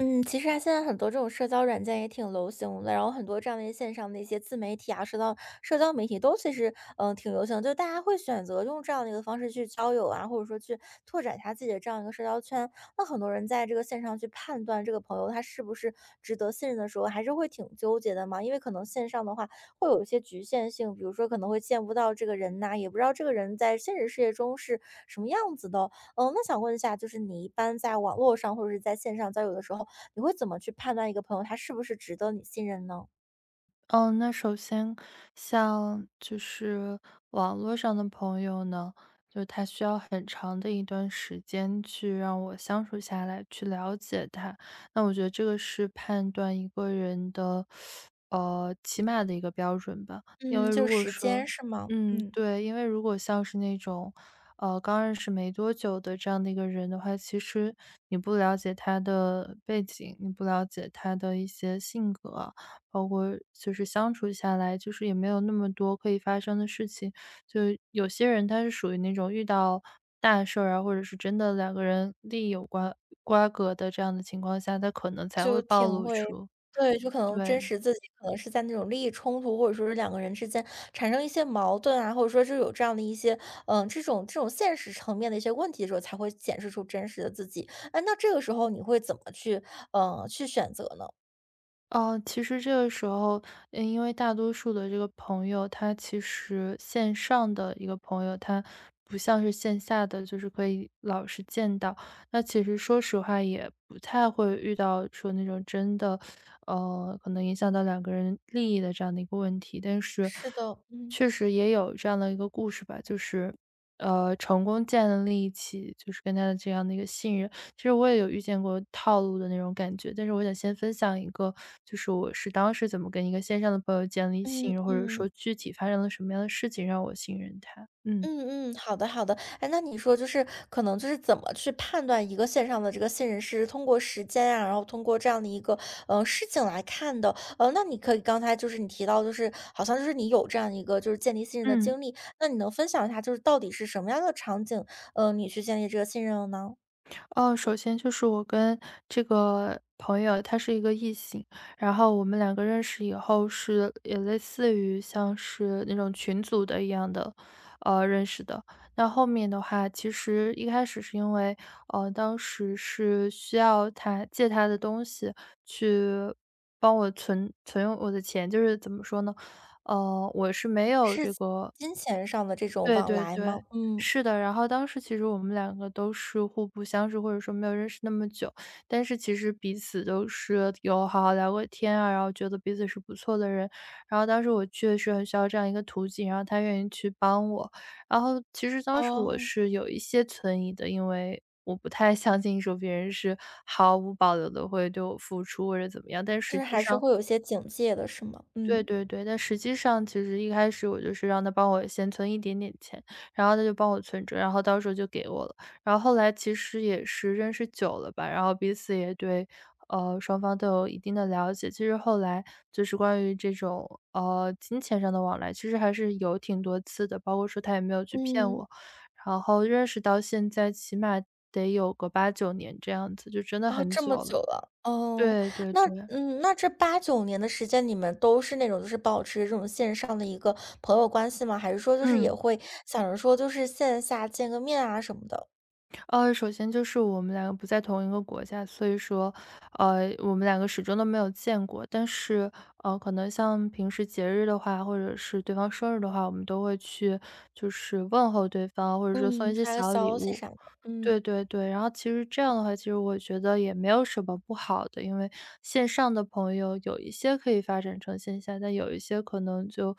嗯，其实啊，现在很多这种社交软件也挺流行的，然后很多这样的一些线上的一些自媒体啊，社交媒体都其实挺流行，就大家会选择用这样的一个方式去交友啊，或者说去拓展一下自己的这样一个社交圈。那很多人在这个线上去判断这个朋友他是不是值得信任的时候，还是会挺纠结的嘛，因为可能线上的话会有一些局限性，比如说可能会见不到这个人呐、也不知道这个人在现实世界中是什么样子的。嗯，那想问一下，就是你一般在网络上或者是在线上交友的时候，你会怎么去判断一个朋友他是不是值得你信任呢？哦，那首先像就是网络上的朋友呢，就他需要很长的一段时间去让我相处下来，去了解他。那我觉得这个是判断一个人的，起码的一个标准吧。因嗯，为就如是果时说，间是吗？嗯，嗯。对，因为如果像是那种，刚认识没多久的这样的一个人的话，其实你不了解他的背景，你不了解他的一些性格啊包括就是相处下来，就是也没有那么多可以发生的事情。就有些人他是属于那种遇到大事儿啊，或者是真的两个人利益有关瓜葛的这样的情况下，他可能才就会暴挺露会出。对，就可能对。真实自己可能是在那种利益冲突，或者说是两个人之间产生一些矛盾啊，或者说是有这样的一些，这种现实层面的一些问题的时候，才会显示出真实的自己。哎，那这个时候你会怎么去，去选择呢？哦，其实这个时候，因为大多数的这个朋友，他其实线上的一个朋友，他不像是线下的，就是可以老是见到。那其实说实话，也不太会遇到说那种真的，可能影响到两个人利益的这样的一个问题。但是，是的，嗯确实也有这样的一个故事吧，就是，成功建立起就是跟他的这样的一个信任。其实我也有遇见过套路的那种感觉，但是我想先分享一个，就是我是当时怎么跟一个线上的朋友建立嗯信任，或者说嗯。具体发生了什么样的事情让我信任他。嗯。嗯嗯，好的好的。哎，那你说就是可能就是怎么去判断一个线上的这个信任是通过时间啊，然后通过这样的一个事情来看的。那你可以刚才就是你提到，就是好像就是你有这样一个就是建立信任的嗯。经历，那你能分享一下就是到底是什么样的场景，你去建立这个信任了呢？哦，首先就是我跟这个朋友，他是一个异性，然后我们两个认识以后是也类似于像是那种群组的一样的，认识的。那后面的话，其实一开始是因为，当时是需要他借他的东西去帮我存存用我的钱，就是怎么说呢，我是没有是这个金钱上的这种对往对来对，吗？嗯，是的。然后当时其实我们两个都是互不相识，或者说没有认识那么久，但是其实彼此都是有好好聊过天啊，然后觉得彼此是不错的人。然后当时我确实很需要这样一个途径，然后他愿意去帮我。然后其实当时我哦，是有一些存疑的，因为我不太相信说别人是毫无保留的会对我付出或者怎么样，但就实是际还是上会有一些警戒的，是吗？对嗯对对，但实际上其实一开始我就是让他帮我先存一点点钱，然后他就帮我存着，然后到时候就给我了。然后后来其实也是认识久了吧，然后彼此也对，双方都有一定的了解。其实后来就是关于这种金钱上的往来，其实还是有挺多次的，包括说他也没有去骗嗯。我，然后认识到现在起码得有个八九年这样子，就真的哦，很这久么了。久了，哦，对对那对，那这八九年的时间，你们都是那种就是保持这种线上的一个朋友关系吗？还是说就是也嗯。会想着说就是线下见个面啊什么的？首先就是我们两个不在同一个国家，所以说，我们两个始终都没有见过。但是，可能像平时节日的话，或者是对方生日的话，我们都会去就是问候对方，或者说送嗯，一些发个小礼消息物。啥的，嗯，对对对，然后其实这样的话，其实我觉得也没有什么不好的，因为线上的朋友有一些可以发展成线下，但有一些可能就，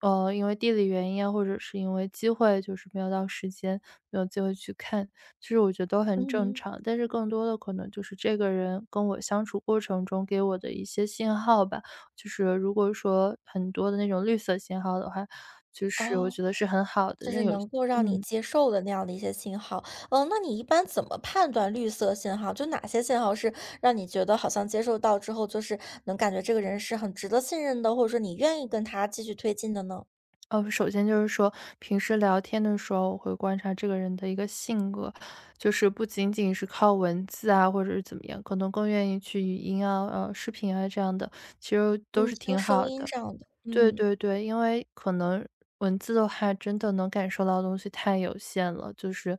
因为地理原因啊，或者是因为机会，就是没有到时间，没有机会去看，其实我觉得都很正嗯，常。但是更多的可能就是这个人跟我相处过程中给我的一些信号吧，就是如果说很多的那种绿色信号的话，就是我哦，觉得是很好的。就那是有，能够让你嗯。接受的那样的一些信号。嗯，那你一般怎么判断绿色信号？就哪些信号是让你觉得好像接受到之后，就是能感觉这个人是很值得信任的，或者说你愿意跟他继续推进的呢？首先就是说，平时聊天的时候，我会观察这个人的一个性格，就是不仅仅是靠文字啊，或者是怎么样，可能更愿意去语音啊、视频啊这样的，其实都嗯，是听挺声好音的。这样的。对嗯。对对，因为可能文字的话，真的能感受到的东西太有限了，就是，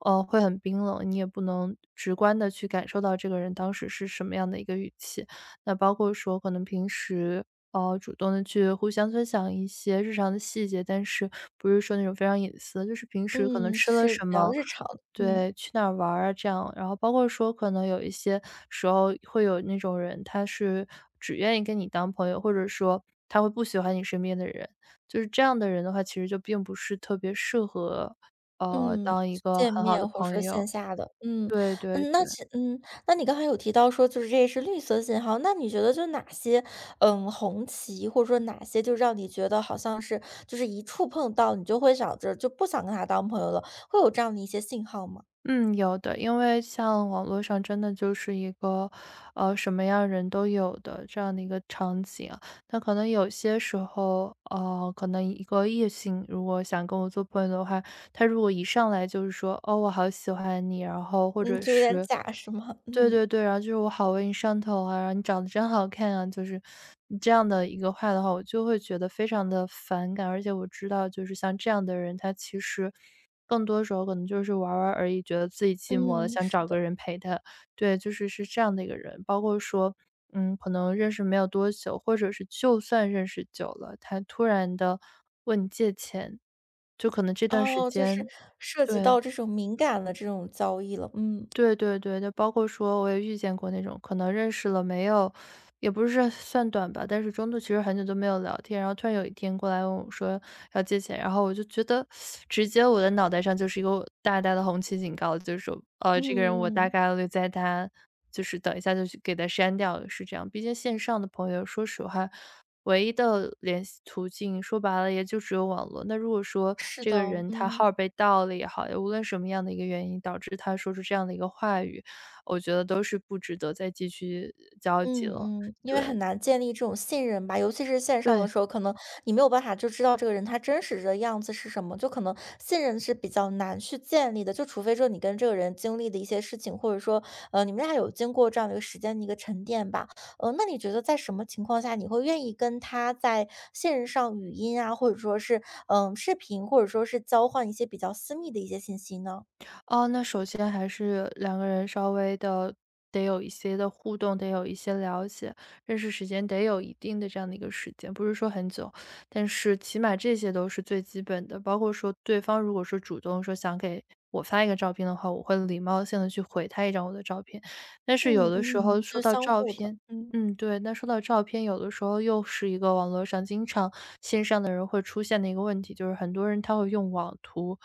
会很冰冷，你也不能直观的去感受到这个人当时是什么样的一个语气。那包括说可能平时，主动的去互相分享一些日常的细节，但是不是说那种非常隐私的，就是平时可能嗯，吃了是比什较么日常的。嗯。对，去哪儿玩儿啊这样。然后包括说可能有一些时候会有那种人，他是只愿意跟你当朋友，或者说他会不喜欢你身边的人。就是这样的人的话，其实就并不是特别适合，嗯，当一个见很好的面或者说朋线友。下的。嗯，对对嗯，那对。其嗯，那你刚才有提到说就是这是绿色信号，那你觉得就哪些，红旗或者说哪些就让你觉得好像是就是一触碰到你就会想着就不想跟他当朋友了，会有这样的一些信号吗？嗯，有的，因为像网络上真的就是一个，什么样人都有的这样的一个场景啊。那可能有些时候，可能一个异性如果想跟我做朋友的话，他如果一上来就是说，哦，我好喜欢你，然后或嗯，者就有点是假是吗？对嗯。对对，然后就是"我好为你上头啊"，然后"你长得真好看啊"，就是这样的一个话的话，我就会觉得非常的反感。而且我知道就是像这样的人，他其实更多时候可能就是玩儿玩儿而已，觉得自己寂寞了，嗯，想是找的。个人陪他。对，就是是这样的一个人。包括说，可能认识没有多久，或者是就算认识久了，他突然的问你借钱，就可能这段时哦，就是间涉及对。到这种敏感的这种交易了。嗯。对对对，就包括说我也遇见过那种可能认识了没有，也不是算短吧，但是中途其实很久都没有聊天，然后突然有一天过来问我说要借钱，然后我就觉得直接我的脑袋上就是一个大大的红旗警告，就是说，这个人我嗯大嗯。概率在他就是等一下就去给他删掉，是这样。毕竟线上的朋友，说实话，唯一的联系途径说白了也就只有网络。那如果说是这的，个人他嗯。号儿被盗了也好，无论什么样的一个原因导致他说出这样的一个话语，我觉得都是不值得再继续交集嗯了。嗯，因为很对，难建立这种信任吧，尤其是线上的对，时候，可能你没有办法就知道这个人他真实的样子是什么，就可能信任是比较难去建立的，就除非说你跟这个人经历的一些事情，或者说你们俩有经过这样的一个时间的一个沉淀吧，那你觉得在什么情况下你会愿意跟他在线上语音啊，或者说是视频，或者说是交换一些比较私密的一些信息呢？哦，那首先还是两个人稍微的得有一些的互动，得有一些了解，认识时间得有一定的这样的一个时间，不是说很久，但是起码这些都是最基本的。包括说对方如果说主动说想给我发一个照片的话，我会礼貌性的去回他一张我的照片。但是有嗯的时候嗯，就说到相照互的，片，嗯，嗯，对，那说到照片，有的时候又是一个网络上经常线上的人会出现的一个问题，就是很多人他会用网图，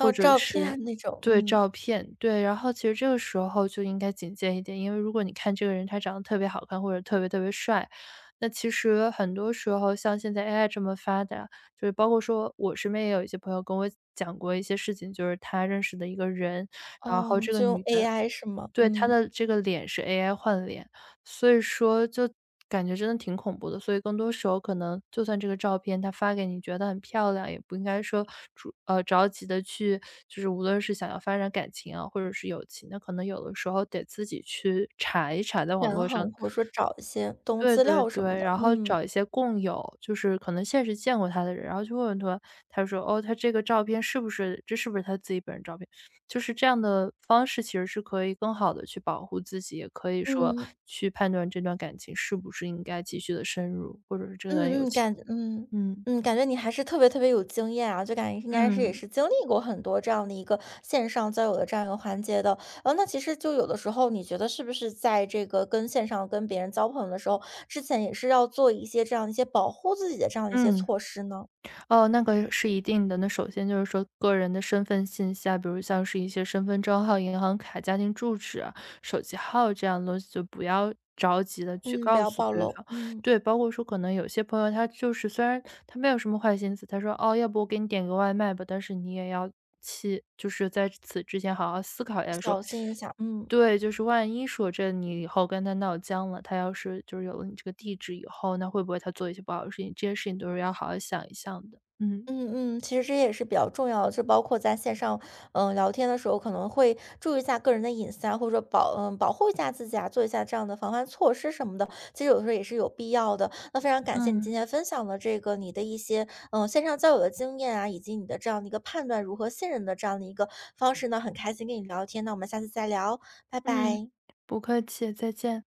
或者照是片那种，对，嗯。照片，对。然后其实这个时候就应该警戒一点，因为如果你看这个人他长得特别好看，或者特别特别帅，那其实很多时候像现在 AI 这么发达，就是包括说我身边也有一些朋友跟我讲过一些事情，就是他认识的一个人，然后哦，这个就用 女的 AI 是吗？对，他嗯，的这个脸是 AI 换脸，所以说就感觉真的挺恐怖的。所以更多时候可能就算这个照片他发给你觉得很漂亮，也不应该说着急的去就是无论是想要发展感情啊，或者是友情，那可能有的时候得自己去查一查，在网权络衡上或者说找一些东对资对料什么对，的，然后嗯，找一些共有，就是可能现实见过他的人，然后去问问他，他说："哦，他这个照片是不是这是不是他自己本人照片？"就是这样的方式，其实是可以更好的去保护自己，也可以说嗯，去判断这段感情是不是应该继续的深入，或者是这段友嗯嗯，情。嗯，感觉你还是特别特别有经验啊，就感觉应该是也嗯，是经历过很多这样的一个线上交友的这样一个环节的。那其实就有的时候你觉得是不是在这个跟线上跟别人交朋友的时候，之前也是要做一些这样一些保护自己的这样一些嗯。措施呢？哦，那个是一定的。那首先就是说个人的身份信息啊，比如像是一些身份证号、银行卡、家庭住址啊、手机号这样的东西，就不要着急的去嗯，不告要诉暴对露，方。嗯，对，包括说可能有些朋友他就是虽然他没有什么坏心思，他说："哦，要不我给你点个外卖吧。"但是你也要去就是在此之前好好思考一下说小心一下，嗯。对，就是万一说这你以后跟他闹僵了，他要是就是有了你这个地址以后，那会不会他做一些不好的事情，这些事情都是要好好想一想的。嗯。嗯嗯，其实这也是比较重要的，就包括在线上，嗯，聊天的时候可能会注意一下个人的隐私啊，或者说保护一下自己啊，做一下这样的防范措施什么的，其实有的时候也是有必要的。那非常感谢你今嗯，天分享的这个你的一些线上交友的经验啊，以及你的这样的一个判断如何信任的这样的一个方式呢，很开心跟你聊天，那我们下次再聊，拜嗯，拜。不客气，再见。